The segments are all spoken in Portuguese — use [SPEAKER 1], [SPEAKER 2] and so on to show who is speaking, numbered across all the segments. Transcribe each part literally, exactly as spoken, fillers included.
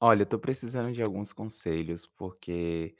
[SPEAKER 1] Olha, eu tô precisando de alguns conselhos, porque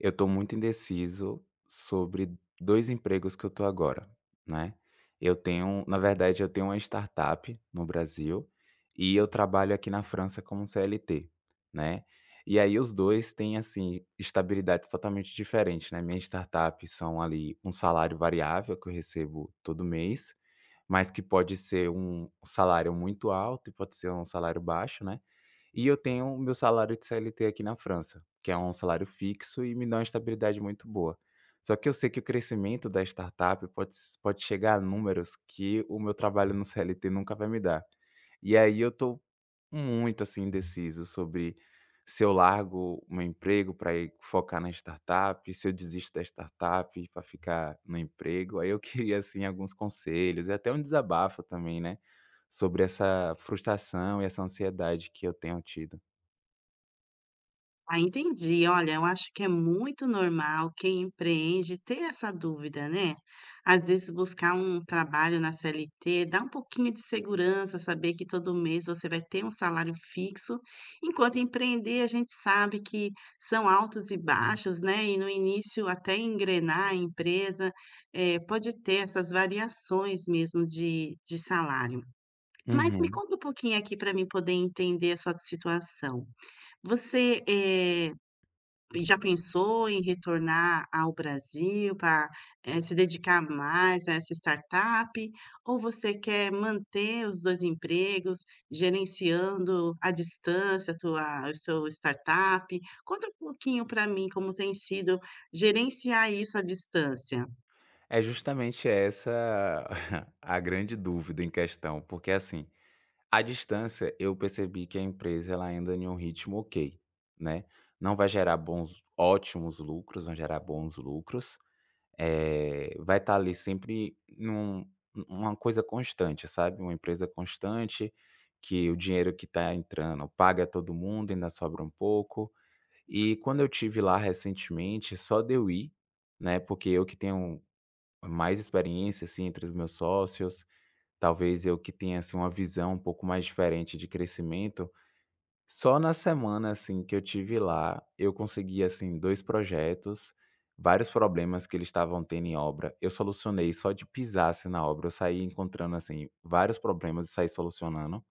[SPEAKER 1] eu tô muito indeciso sobre dois empregos que eu tô agora, né. Eu tenho, na verdade, eu tenho uma startup no Brasil e eu trabalho aqui na França como C L T, né. E aí os dois têm, assim, estabilidades totalmente diferentes, né. Minha startup são ali um salário variável que eu recebo todo mês, mas que pode ser um salário muito alto e pode ser um salário baixo, né. E eu tenho o meu salário de C L T aqui na França, que é um salário fixo e me dá uma estabilidade muito boa. Só que eu sei que o crescimento da startup pode s pode chegar a números que o meu trabalho no C L T nunca vai me dar. E aí eu tô muito, assim, indeciso sobre se eu largo o meu emprego para ir focar na startup, se eu desisto da startup para ficar no emprego. Aí eu queria, assim, alguns conselhos e até um desabafo também, né, sobre essa frustração e essa ansiedade que eu tenho tido.
[SPEAKER 2] Ah, entendi. Olha, eu acho que é muito normal quem empreende ter essa dúvida, né? Às vezes buscar um trabalho na C L T dá um pouquinho de segurança, saber que todo mês você vai ter um salário fixo, enquanto empreender a gente sabe que são altos e baixos, né? E no início até engrenar a empresa, eh, pode ter essas variações mesmo de, de salário. Mas me
[SPEAKER 1] Uhum.
[SPEAKER 2] conta um pouquinho aqui para mim poder entender a sua situação. Você eh, e já pensou em retornar ao Brasil para, eh, se dedicar mais a essa startup? Ou você quer manter os dois empregos, gerenciando à distância a tua o seu startup? Conta um pouquinho para mim como tem sido gerenciar isso à distância.
[SPEAKER 1] É justamente essa a grande dúvida em questão, porque assim, à distância, eu percebi que a empresa ela ainda em um ritmo ok, né. Não vai gerar bons ótimos lucros, não gerar bons lucros, eh, vai estar ali sempre num uma coisa constante, sabe, uma empresa constante, que o dinheiro que está entrando paga todo mundo, ainda sobra um pouco. E quando eu tive lá recentemente, só de eu ir, né, porque eu que tenho mais experiência, assim, entre os meus sócios, talvez eu que tenha, assim, uma visão um pouco mais diferente de crescimento, só na semana, assim, que eu tive lá, eu consegui, assim, dois projetos, vários problemas que eles estavam tendo em obra, eu solucionei só de pisar, assim, na obra, eu saí encontrando, assim, vários problemas e saí solucionando.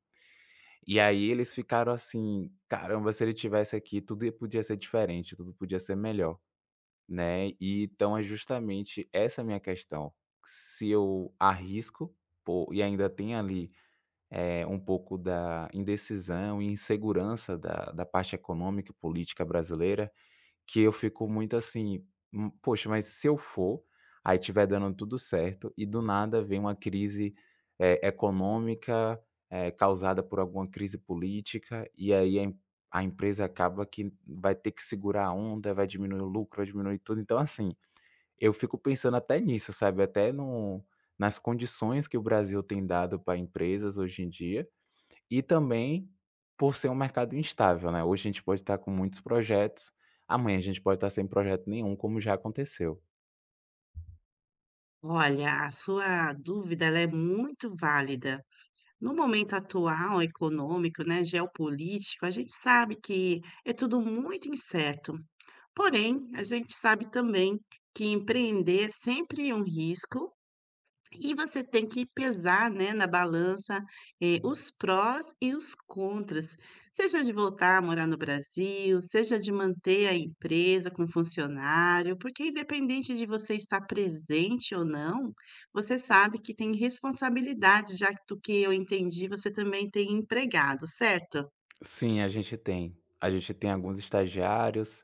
[SPEAKER 1] E aí eles ficaram assim: "Caramba, se ele tivesse aqui, tudo ia podia ser diferente, tudo podia ser melhor", né. E então é justamente essa a minha questão, se eu arrisco, pô, e ainda tem ali, eh, um pouco da indecisão e insegurança da da parte econômica e política brasileira, que eu fico muito assim: "Hum, poxa, mas se eu for, aí tiver dando tudo certo e do nada vem uma crise, eh, econômica, eh, causada por alguma crise política, e aí a em a empresa acaba que vai ter que segurar a onda, vai diminuir o lucro, vai diminuir tudo". Então, assim, eu fico pensando até nisso, sabe, até no nas condições que o Brasil tem dado para empresas hoje em dia, e também por ser um mercado instável, né, hoje a gente pode estar com muitos projetos, amanhã a gente pode estar sem projeto nenhum, como já aconteceu.
[SPEAKER 2] Olha, a sua dúvida ela é muito válida. No momento atual econômico, né, geopolítico, a gente sabe que é tudo muito incerto. Porém, a gente sabe também que empreender é sempre um risco e você tem que pesar, né, na balança, eh, os prós e os contras, seja de voltar a morar no Brasil, seja de manter a empresa com funcionário, porque independente de você estar presente ou não, você sabe que tem responsabilidade, já que do que eu entendi, você também tem empregado, certo?
[SPEAKER 1] Sim, a gente tem. A gente tem alguns estagiários,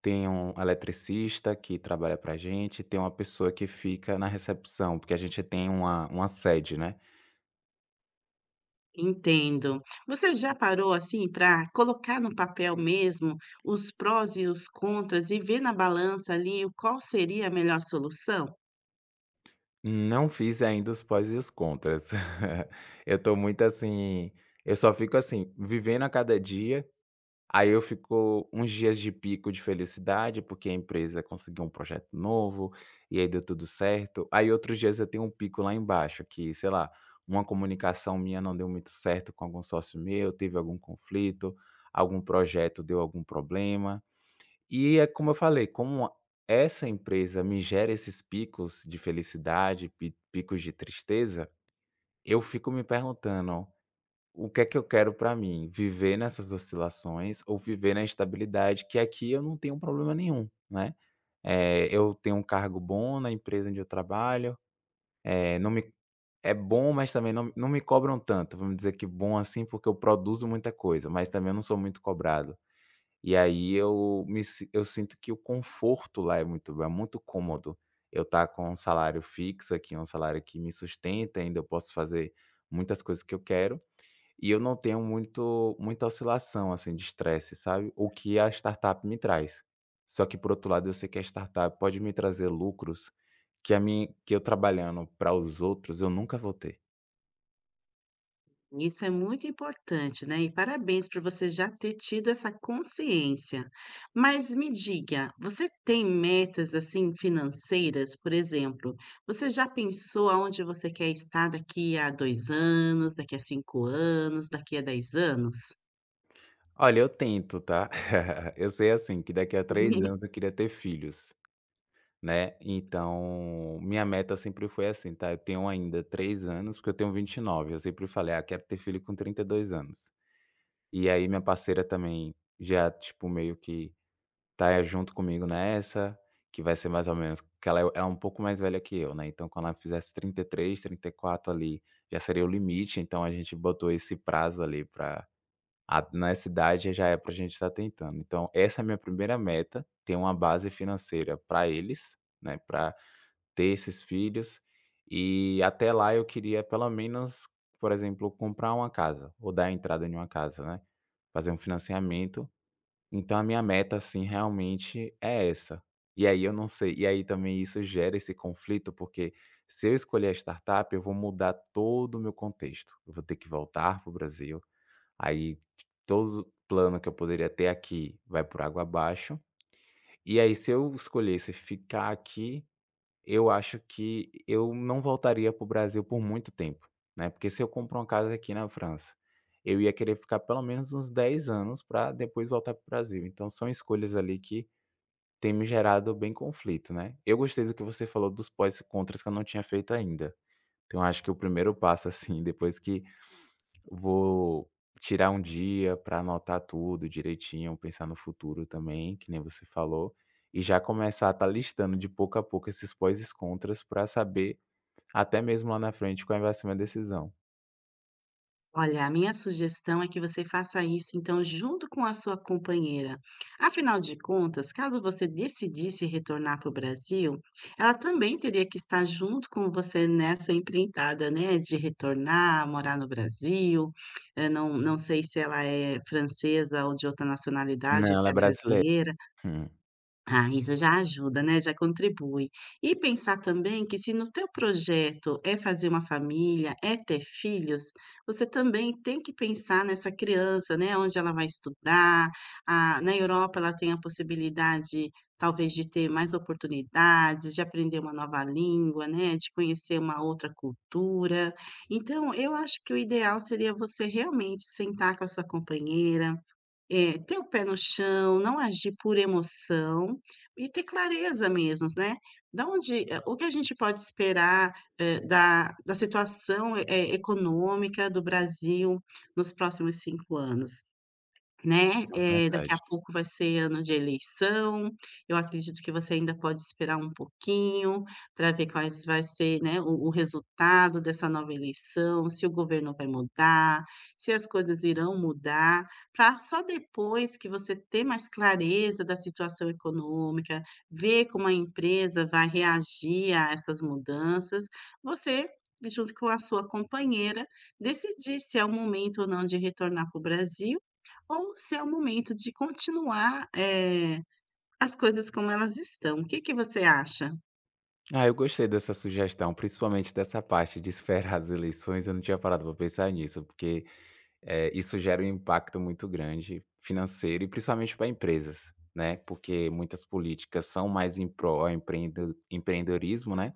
[SPEAKER 1] tem um eletricista que trabalha pra gente, tem uma pessoa que fica na recepção, porque a gente tem uma uma sede, né.
[SPEAKER 2] Entendo. Você já parou, assim, para colocar no papel mesmo os prós e os contras e ver na balança ali o qual seria a melhor solução?
[SPEAKER 1] Não fiz ainda os pós e os contras. Eu estou muito assim, eu só fico assim, vivendo a cada dia. Aí eu ficou uns dias de pico de felicidade, porque a empresa conseguiu um projeto novo, e aí deu tudo certo. Aí outros dias eu tenho um pico lá embaixo, que, sei lá, uma comunicação minha não deu muito certo com algum sócio meu, teve algum conflito, algum projeto deu algum problema. E é como eu falei, como essa empresa me gera esses picos de felicidade, pi- picos de tristeza, eu fico me perguntando. O que é que eu quero pra mim? Viver nessas oscilações ou viver na estabilidade, que aqui eu não tenho problema nenhum, né. Eh, eu tenho um cargo bom na empresa onde eu trabalho, eh, não me é bom, mas também não não me cobram tanto, vamos dizer que bom assim, porque eu produzo muita coisa, mas também eu não sou muito cobrado. E aí eu me si eu sinto que o conforto lá é muito bom, é muito cômodo. Eu tá com um salário fixo aqui, um salário que me sustenta, ainda eu posso fazer muitas coisas que eu quero, e eu não tenho muito muita oscilação, assim, de estresse, sabe, o que a startup me traz. Só que por outro lado eu sei que a startup pode me trazer lucros que a mim que eu trabalhando para os outros eu nunca vou ter.
[SPEAKER 2] Isso é muito importante, né, e parabéns por você já ter tido essa consciência. Mas me diga, você tem metas, assim, financeiras? Por exemplo, você já pensou aonde você quer estar daqui a dois anos, daqui a cinco anos, daqui a dez anos?
[SPEAKER 1] Olha, eu tento, tá. Eu sei, assim, que daqui a três anos eu queria ter filhos, né, então minha meta sempre foi assim, tá, eu tenho ainda três anos, porque eu tenho vinte e nove, eu sempre falei: "Ah, quero ter filho com trinta e dois anos". E aí minha parceira também já, tipo, meio que tá junto comigo nessa, que vai ser mais ou menos que ela é ela é um pouco mais velha que eu, né, então quando ela fizesse trinta trinta e três, trinta e quatro ali, já seria o limite, então a gente botou esse prazo ali para nessa idade já é pra gente estar tentando. Então essa é a minha primeira meta, ter uma base financeira para eles, né, para ter esses filhos, e até lá eu queria pelo menos, por exemplo, comprar uma casa, ou dar entrada em uma casa, né, fazer um financiamento, então a minha meta, assim, realmente é essa. E aí eu não sei, e aí também isso gera esse conflito, porque se eu escolher a startup, eu vou mudar todo o meu contexto. Eu vou ter que voltar para o Brasil, aí todo o plano que eu poderia ter aqui vai por água abaixo. E aí se eu escolhesse ficar aqui, eu acho que eu não voltaria para o Brasil por muito tempo, né, porque se eu compro uma casa aqui na França, eu ia querer ficar pelo menos uns dez anos para depois voltar para o Brasil, então são escolhas ali que têm me gerado bem conflito, né. Eu gostei do que você falou dos pós e contras, que eu não tinha feito ainda, então acho que o primeiro passo, assim, depois que vou tirar um dia para anotar tudo direitinho, pensar no futuro também, que nem você falou, e já começar a estar listando de pouco a pouco esses pós e contras para saber, até mesmo lá na frente, qual é vai ser minha decisão.
[SPEAKER 2] Olha, a minha sugestão é que você faça isso, então, junto com a sua companheira. Afinal de contas, caso você decidisse retornar para o Brasil, ela também teria que estar junto com você nessa empreitada, né, de retornar, morar no Brasil. Eh, não não sei se ela é francesa ou de outra
[SPEAKER 1] Não,
[SPEAKER 2] nacionalidade ou
[SPEAKER 1] ela
[SPEAKER 2] se
[SPEAKER 1] é
[SPEAKER 2] é
[SPEAKER 1] brasileira.
[SPEAKER 2] brasileira.
[SPEAKER 1] Hum,
[SPEAKER 2] Ah, isso já ajuda, né, já contribui. E pensar também que se no teu projeto é fazer uma família, é ter filhos, você também tem que pensar nessa criança, né, onde ela vai estudar. Ah, na Europa ela tem a possibilidade talvez de ter mais oportunidades, de aprender uma nova língua, né, de conhecer uma outra cultura. Então eu acho que o ideal seria você realmente sentar com a sua companheira, é, ter o pé no chão, não agir por emoção e ter clareza mesmo, né. Da onde eh, o que a gente pode esperar, eh, da da situação, eh, econômica do Brasil nos próximos cinco anos. Né,
[SPEAKER 1] é
[SPEAKER 2] eh, daqui
[SPEAKER 1] verdade.
[SPEAKER 2] a pouco vai ser ano de eleição, eu acredito que você ainda pode esperar um pouquinho para ver quais vai ser, né, o o resultado dessa nova eleição, se o governo vai mudar, se as coisas irão mudar, para só depois que você ter mais clareza da situação econômica, ver como a empresa vai reagir a essas mudanças, você, junto com a sua companheira, decidir se é o momento ou não de retornar para o Brasil ou se é o momento de continuar, eh, as coisas como elas estão. O que que você acha?
[SPEAKER 1] Ah, eu gostei dessa sugestão, principalmente dessa parte de esperar as eleições, eu não tinha parado para pensar nisso, porque, Eh, isso gera um impacto muito grande financeiro e principalmente para empresas, né, porque muitas políticas são mais em pró ao empreende empreendedorismo, né,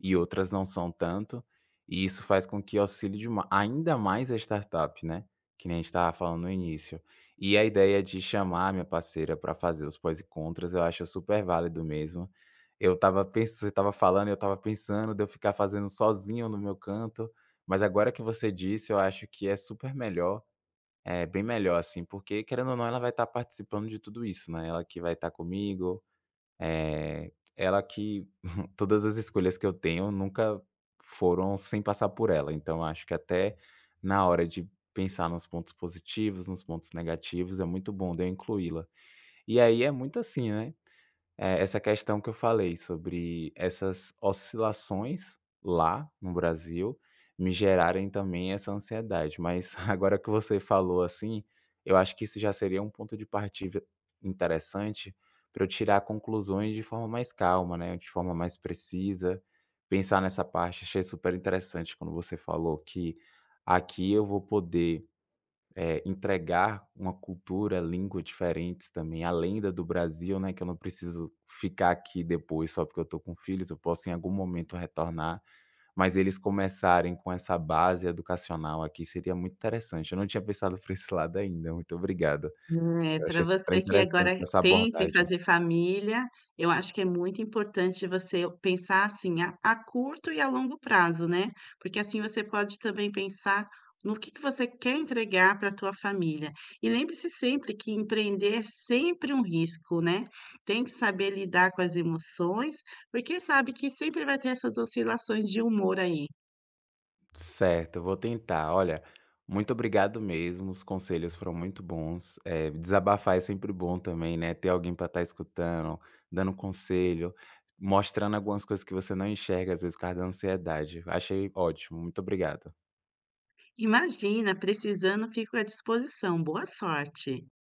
[SPEAKER 1] e outras não são tanto, e isso faz com que auxilie de ma ainda mais a startup, né, que nem a gente estava falando no início. E a ideia de chamar a minha parceira para fazer os pós e contras eu acho super válido mesmo. Eu estava pensando você estava falando eu estava pensando de eu ficar fazendo sozinho no meu canto, mas agora que você disse eu acho que é super melhor, é, bem melhor, assim, porque querendo ou não ela vai estar participando de tudo isso, né, ela que vai estar comigo, eh, ela que todas as escolhas que eu tenho nunca foram sem passar por ela, então acho que até na hora de pensar nos pontos positivos, nos pontos negativos, é muito bom de eu incluí-la. E aí é muito assim, né, é, essa questão que eu falei sobre essas oscilações lá no Brasil me gerarem também essa ansiedade, mas agora que você falou assim, eu acho que isso já seria um ponto de partida interessante para eu tirar conclusões de forma mais calma, né, de forma mais precisa, pensar nessa parte. Achei super interessante quando você falou que aqui eu vou poder eh, entregar uma cultura, língua diferentes também, além da do Brasil, né, que eu não preciso ficar aqui depois só porque eu tô com filhos, eu posso em algum momento retornar, mas eles começarem com essa base educacional aqui seria muito interessante. Eu não tinha pensado por esse lado ainda, muito obrigado.
[SPEAKER 2] É,
[SPEAKER 1] Eu
[SPEAKER 2] pra
[SPEAKER 1] achei super
[SPEAKER 2] você que
[SPEAKER 1] interessante
[SPEAKER 2] agora
[SPEAKER 1] essa
[SPEAKER 2] pensa em
[SPEAKER 1] abordagem.
[SPEAKER 2] fazer família, eu acho que é muito importante você pensar, assim, a a curto e a longo prazo, né. Porque assim você pode também pensar no que que você quer entregar para a tua família. E lembre-se sempre que empreender é sempre um risco, né. Tem que saber lidar com as emoções, porque sabe que sempre vai ter essas oscilações de humor aí.
[SPEAKER 1] Certo, eu vou tentar. Olha, muito obrigado mesmo. Os conselhos foram muito bons. Eh, desabafar é sempre bom também, né? Ter alguém para estar escutando, dando conselho, mostrando algumas coisas que você não enxerga, às vezes, por causa da ansiedade. Achei ótimo. Muito obrigado.
[SPEAKER 2] Imagina, precisando, fico à disposição. Boa sorte.